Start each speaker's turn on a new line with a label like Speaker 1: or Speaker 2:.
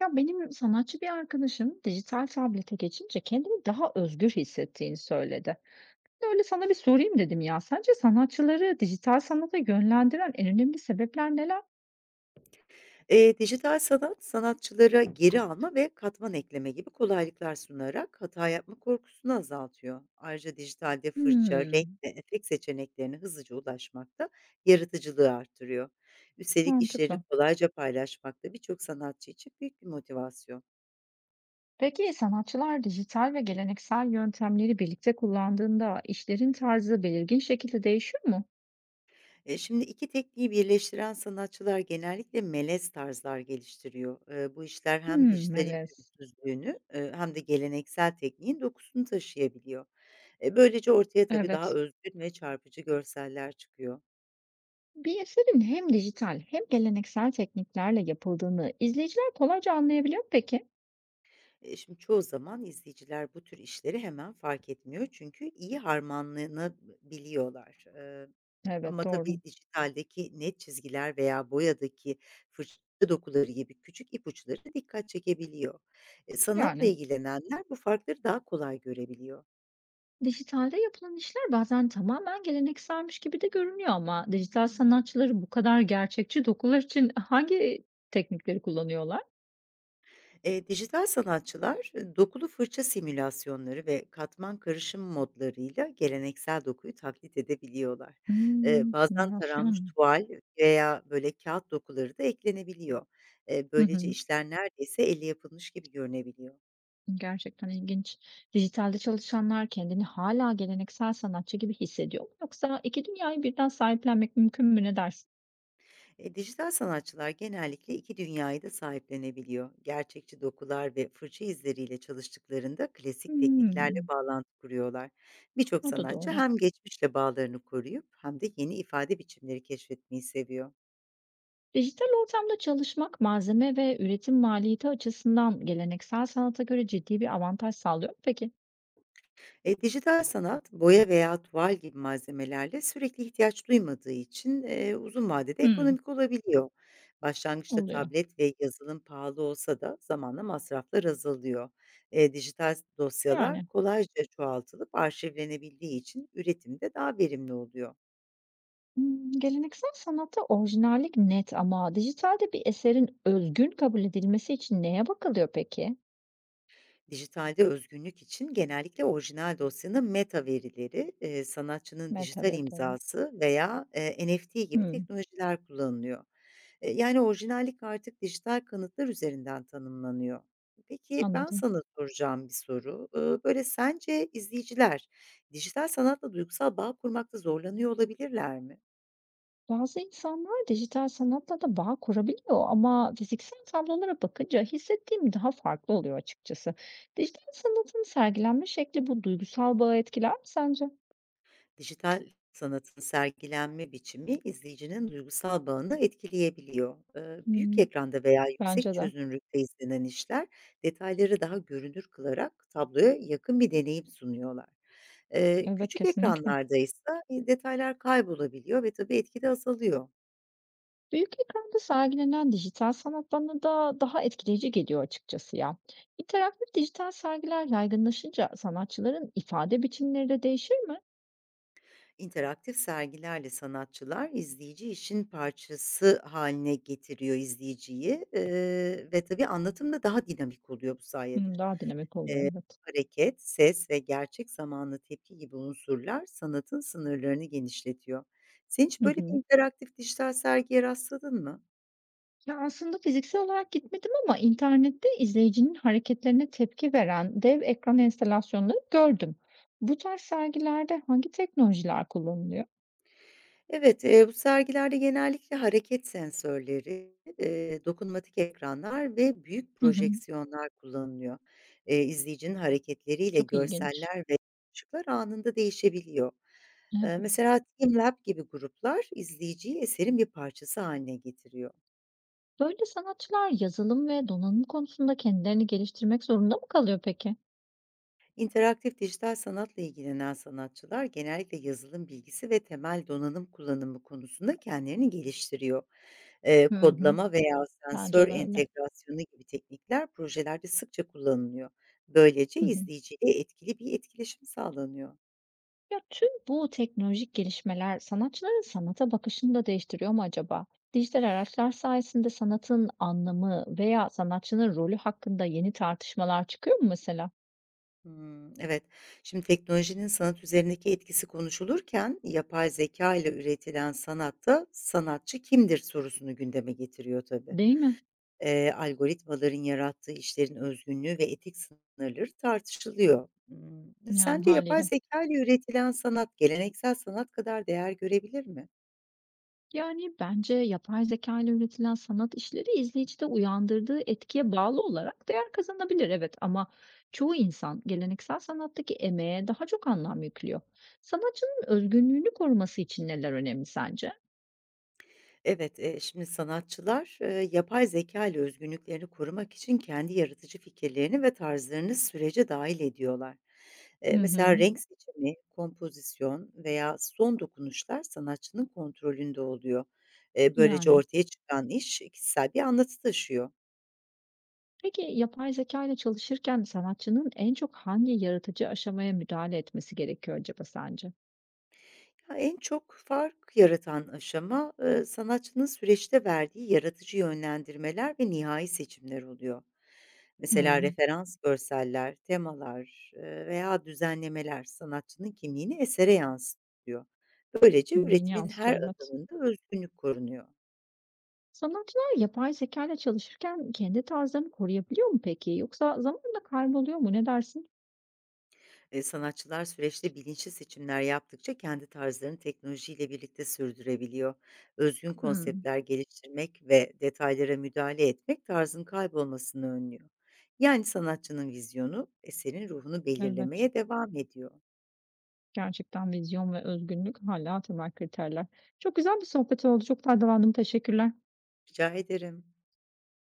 Speaker 1: Ya benim sanatçı bir arkadaşım dijital tablete geçince kendini daha özgür hissettiğini söyledi. Öyle sana bir sorayım dedim ya. Sence sanatçıları dijital sanata yönlendiren en önemli sebepler neler?
Speaker 2: Dijital sanat, sanatçılara geri alma ve katman ekleme gibi kolaylıklar sunarak hata yapma korkusunu azaltıyor. Ayrıca dijitalde fırça, renk
Speaker 1: Hmm,
Speaker 2: ve efekt seçeneklerine hızlıca ulaşmak da yaratıcılığı artırıyor. Üstelik işleri
Speaker 1: mantıklı.
Speaker 2: kolayca paylaşmak da birçok sanatçı için büyük bir motivasyon.
Speaker 1: Peki sanatçılar dijital ve geleneksel yöntemleri birlikte kullandığında işlerin tarzı belirgin şekilde değişiyor mu?
Speaker 2: Şimdi 2 tekniği birleştiren sanatçılar genellikle melez tarzlar geliştiriyor. Bu işler hem
Speaker 1: Hmm,
Speaker 2: dijitalin
Speaker 1: melez.
Speaker 2: pürüzsüzlüğünü, hem de geleneksel tekniğin dokusunu taşıyabiliyor. Böylece ortaya tabii daha
Speaker 1: Evet.
Speaker 2: özgün ve çarpıcı görseller çıkıyor.
Speaker 1: Bir eserin hem dijital hem geleneksel tekniklerle yapıldığını izleyiciler kolayca anlayabiliyor mu peki?
Speaker 2: Şimdi çoğu zaman izleyiciler bu tür işleri hemen fark etmiyor çünkü iyi harmanlanabiliyorlar.
Speaker 1: Evet,
Speaker 2: Ama
Speaker 1: doğru.
Speaker 2: tabii dijitaldeki net çizgiler veya boyadaki fırça dokuları gibi küçük ipuçları dikkat çekebiliyor. Sanatla
Speaker 1: Yani.
Speaker 2: ilgilenenler bu farkları daha kolay görebiliyor.
Speaker 1: Dijitalde yapılan işler bazen tamamen gelenekselmiş gibi de görünüyor ama dijital sanatçıları bu kadar gerçekçi dokular için hangi teknikleri kullanıyorlar?
Speaker 2: Dijital sanatçılar dokulu fırça simülasyonları ve katman karışım modlarıyla geleneksel dokuyu taklit edebiliyorlar.
Speaker 1: Hmm,
Speaker 2: Bazen taranmış
Speaker 1: simülasyon.
Speaker 2: tuval veya böyle kağıt dokuları da eklenebiliyor.
Speaker 1: Hı
Speaker 2: Böylece
Speaker 1: hı.
Speaker 2: işler neredeyse elle yapılmış gibi görünebiliyor.
Speaker 1: Gerçekten ilginç. Dijitalde çalışanlar kendini hala geleneksel sanatçı gibi hissediyor mu? Yoksa iki dünyayı birden sahiplenmek mümkün mü ne dersin?
Speaker 2: Dijital sanatçılar genellikle iki dünyayı da sahiplenebiliyor. Gerçekçi dokular ve fırça izleriyle çalıştıklarında klasik tekniklerle
Speaker 1: Hmm,
Speaker 2: bağlantı kuruyorlar. Birçok
Speaker 1: o da
Speaker 2: sanatçı
Speaker 1: doğru.
Speaker 2: hem geçmişle bağlarını koruyup hem de yeni ifade biçimleri keşfetmeyi seviyor.
Speaker 1: Dijital ortamda çalışmak malzeme ve üretim maliyeti açısından geleneksel sanata göre ciddi bir avantaj sağlıyor mu peki?
Speaker 2: Dijital sanat, boya veya tuval gibi malzemelerle sürekli ihtiyaç duymadığı için, uzun vadede
Speaker 1: Hmm.
Speaker 2: ekonomik olabiliyor. Başlangıçta
Speaker 1: Oluyor.
Speaker 2: tablet ve yazılım pahalı olsa da zamanla masraflar azalıyor. Dijital dosyalar
Speaker 1: Yani.
Speaker 2: kolayca çoğaltılıp arşivlenebildiği için üretimde daha verimli oluyor.
Speaker 1: Geleneksel sanatta orijinallik net ama dijitalde bir eserin özgün kabul edilmesi için neye bakılıyor peki?
Speaker 2: Dijitalde özgünlük için genellikle orijinal dosyanın meta verileri, sanatçının dijital
Speaker 1: Metadata.
Speaker 2: imzası veya, NFT gibi
Speaker 1: Hımm,
Speaker 2: teknolojiler kullanılıyor. Yani orijinallik artık dijital kanıtlar üzerinden tanımlanıyor. Peki ben
Speaker 1: anladım.
Speaker 2: sana soracağım bir soru. Böyle sence izleyiciler dijital sanatla duygusal bağ kurmakta zorlanıyor olabilirler mi?
Speaker 1: Bazı insanlar dijital sanatla da bağ kurabiliyor ama fiziksel tablolara bakınca hissettiğim daha farklı oluyor açıkçası. Dijital sanatın sergilenme şekli bu duygusal bağı etkiler mi sence?
Speaker 2: Dijital sanatın sergilenme biçimi izleyicinin duygusal bağını etkileyebiliyor. Büyük
Speaker 1: Hımm,
Speaker 2: ekranda veya yüksek
Speaker 1: bence de.
Speaker 2: çözünürlükte izlenen işler detayları daha görünür kılarak tabloya yakın bir deneyim sunuyorlar.
Speaker 1: Evet,
Speaker 2: Küçük
Speaker 1: kesinlikle.
Speaker 2: ekranlardaysa, detaylar kaybolabiliyor ve tabii etki de azalıyor.
Speaker 1: Büyük ekranda sergilenen dijital sanat bana da daha etkileyici geliyor açıkçası ya. İnteraktif dijital sergiler yaygınlaşınca sanatçıların ifade biçimleri de değişir mi?
Speaker 2: İnteraktif sergilerle sanatçılar izleyici işin parçası haline getiriyor izleyiciyi, ve tabii anlatım da daha dinamik oluyor bu sayede.
Speaker 1: Hmm, daha dinamik oluyor
Speaker 2: Eee,
Speaker 1: evet.
Speaker 2: Hareket, ses ve gerçek zamanlı tepki gibi unsurlar sanatın sınırlarını genişletiyor. Sen hiç
Speaker 1: Hı
Speaker 2: böyle
Speaker 1: hı.
Speaker 2: bir interaktif dijital sergiye rastladın mı?
Speaker 1: Ya aslında fiziksel olarak gitmedim ama internette izleyicinin hareketlerine tepki veren dev ekran enstalasyonları gördüm. Bu tarz sergilerde hangi teknolojiler kullanılıyor?
Speaker 2: Evet, bu sergilerde genellikle hareket sensörleri, dokunmatik ekranlar ve büyük
Speaker 1: Hı hı.
Speaker 2: projeksiyonlar kullanılıyor. İzleyicinin hareketleriyle
Speaker 1: Çok ilginç.
Speaker 2: görseller ve ışıklar anında değişebiliyor.
Speaker 1: Evet.
Speaker 2: Mesela TeamLab gibi gruplar izleyiciyi eserin bir parçası haline getiriyor.
Speaker 1: Böyle sanatçılar yazılım ve donanım konusunda kendilerini geliştirmek zorunda mı kalıyor peki?
Speaker 2: İnteraktif dijital sanatla ilgilenen sanatçılar genellikle yazılım bilgisi ve temel donanım kullanımı konusunda kendilerini geliştiriyor.
Speaker 1: Hı hı.
Speaker 2: Kodlama veya sensör
Speaker 1: Bence de öyle.
Speaker 2: entegrasyonu gibi teknikler projelerde sıkça kullanılıyor. Böylece
Speaker 1: Hı hı.
Speaker 2: izleyiciyle etkili bir etkileşim sağlanıyor.
Speaker 1: Ya tüm bu teknolojik gelişmeler sanatçıların sanata bakışını da değiştiriyor mu acaba? Dijital araçlar sayesinde sanatın anlamı veya sanatçının rolü hakkında yeni tartışmalar çıkıyor mu mesela?
Speaker 2: Hmm, evet. Şimdi teknolojinin sanat üzerindeki etkisi konuşulurken yapay zeka ile üretilen sanatta sanatçı kimdir sorusunu gündeme getiriyor tabii.
Speaker 1: Değil mi?
Speaker 2: Algoritmaların yarattığı işlerin özgünlüğü ve etik sınırları tartışılıyor.
Speaker 1: Yani
Speaker 2: Sence yapay
Speaker 1: haliyle.
Speaker 2: zeka ile üretilen sanat geleneksel sanat kadar değer görebilir mi?
Speaker 1: Yani, bence yapay zeka ile üretilen sanat işleri izleyicide uyandırdığı etkiye bağlı olarak değer kazanabilir, evet. Ama çoğu insan geleneksel sanattaki emeğe daha çok anlam yüklüyor. Sanatçının özgünlüğünü koruması için neler önemli sence?
Speaker 2: Evet, şimdi sanatçılar, yapay zeka ile özgünlüklerini korumak için kendi yaratıcı fikirlerini ve tarzlarını sürece dahil ediyorlar.
Speaker 1: Hı hı.
Speaker 2: Mesela renk seçimi, kompozisyon veya son dokunuşlar sanatçının kontrolünde oluyor. Böylece
Speaker 1: Yani.
Speaker 2: ortaya çıkan iş kişisel bir anlatı taşıyor.
Speaker 1: Peki yapay zeka ile çalışırken sanatçının en çok hangi yaratıcı aşamaya müdahale etmesi gerekiyor acaba sence?
Speaker 2: Ya, en çok fark yaratan aşama, sanatçının süreçte verdiği yaratıcı yönlendirmeler ve nihai seçimler oluyor. Mesela
Speaker 1: Hımm.
Speaker 2: referans görseller, temalar, veya düzenlemeler sanatçının kimliğini esere yansıtıyor. Böylece
Speaker 1: Kimliğini
Speaker 2: üretimin her
Speaker 1: yansıtıyor, evet.
Speaker 2: adımında özgünlük korunuyor.
Speaker 1: Sanatçılar yapay zeka ile çalışırken kendi tarzlarını koruyabiliyor mu peki? Yoksa zamanla kayboluyor mu? Ne dersin?
Speaker 2: Sanatçılar süreçte bilinçli seçimler yaptıkça kendi tarzlarını teknolojiyle birlikte sürdürebiliyor. Özgün
Speaker 1: Hımm,
Speaker 2: konseptler geliştirmek ve detaylara müdahale etmek tarzın kaybolmasını önlüyor. Yani sanatçının vizyonu eserin ruhunu
Speaker 1: evet.
Speaker 2: belirlemeye devam ediyor.
Speaker 1: Gerçekten vizyon ve özgünlük hala temel kriterler. Çok güzel bir sohbet oldu. Çok faydalandım. Teşekkürler.
Speaker 2: Rica ederim.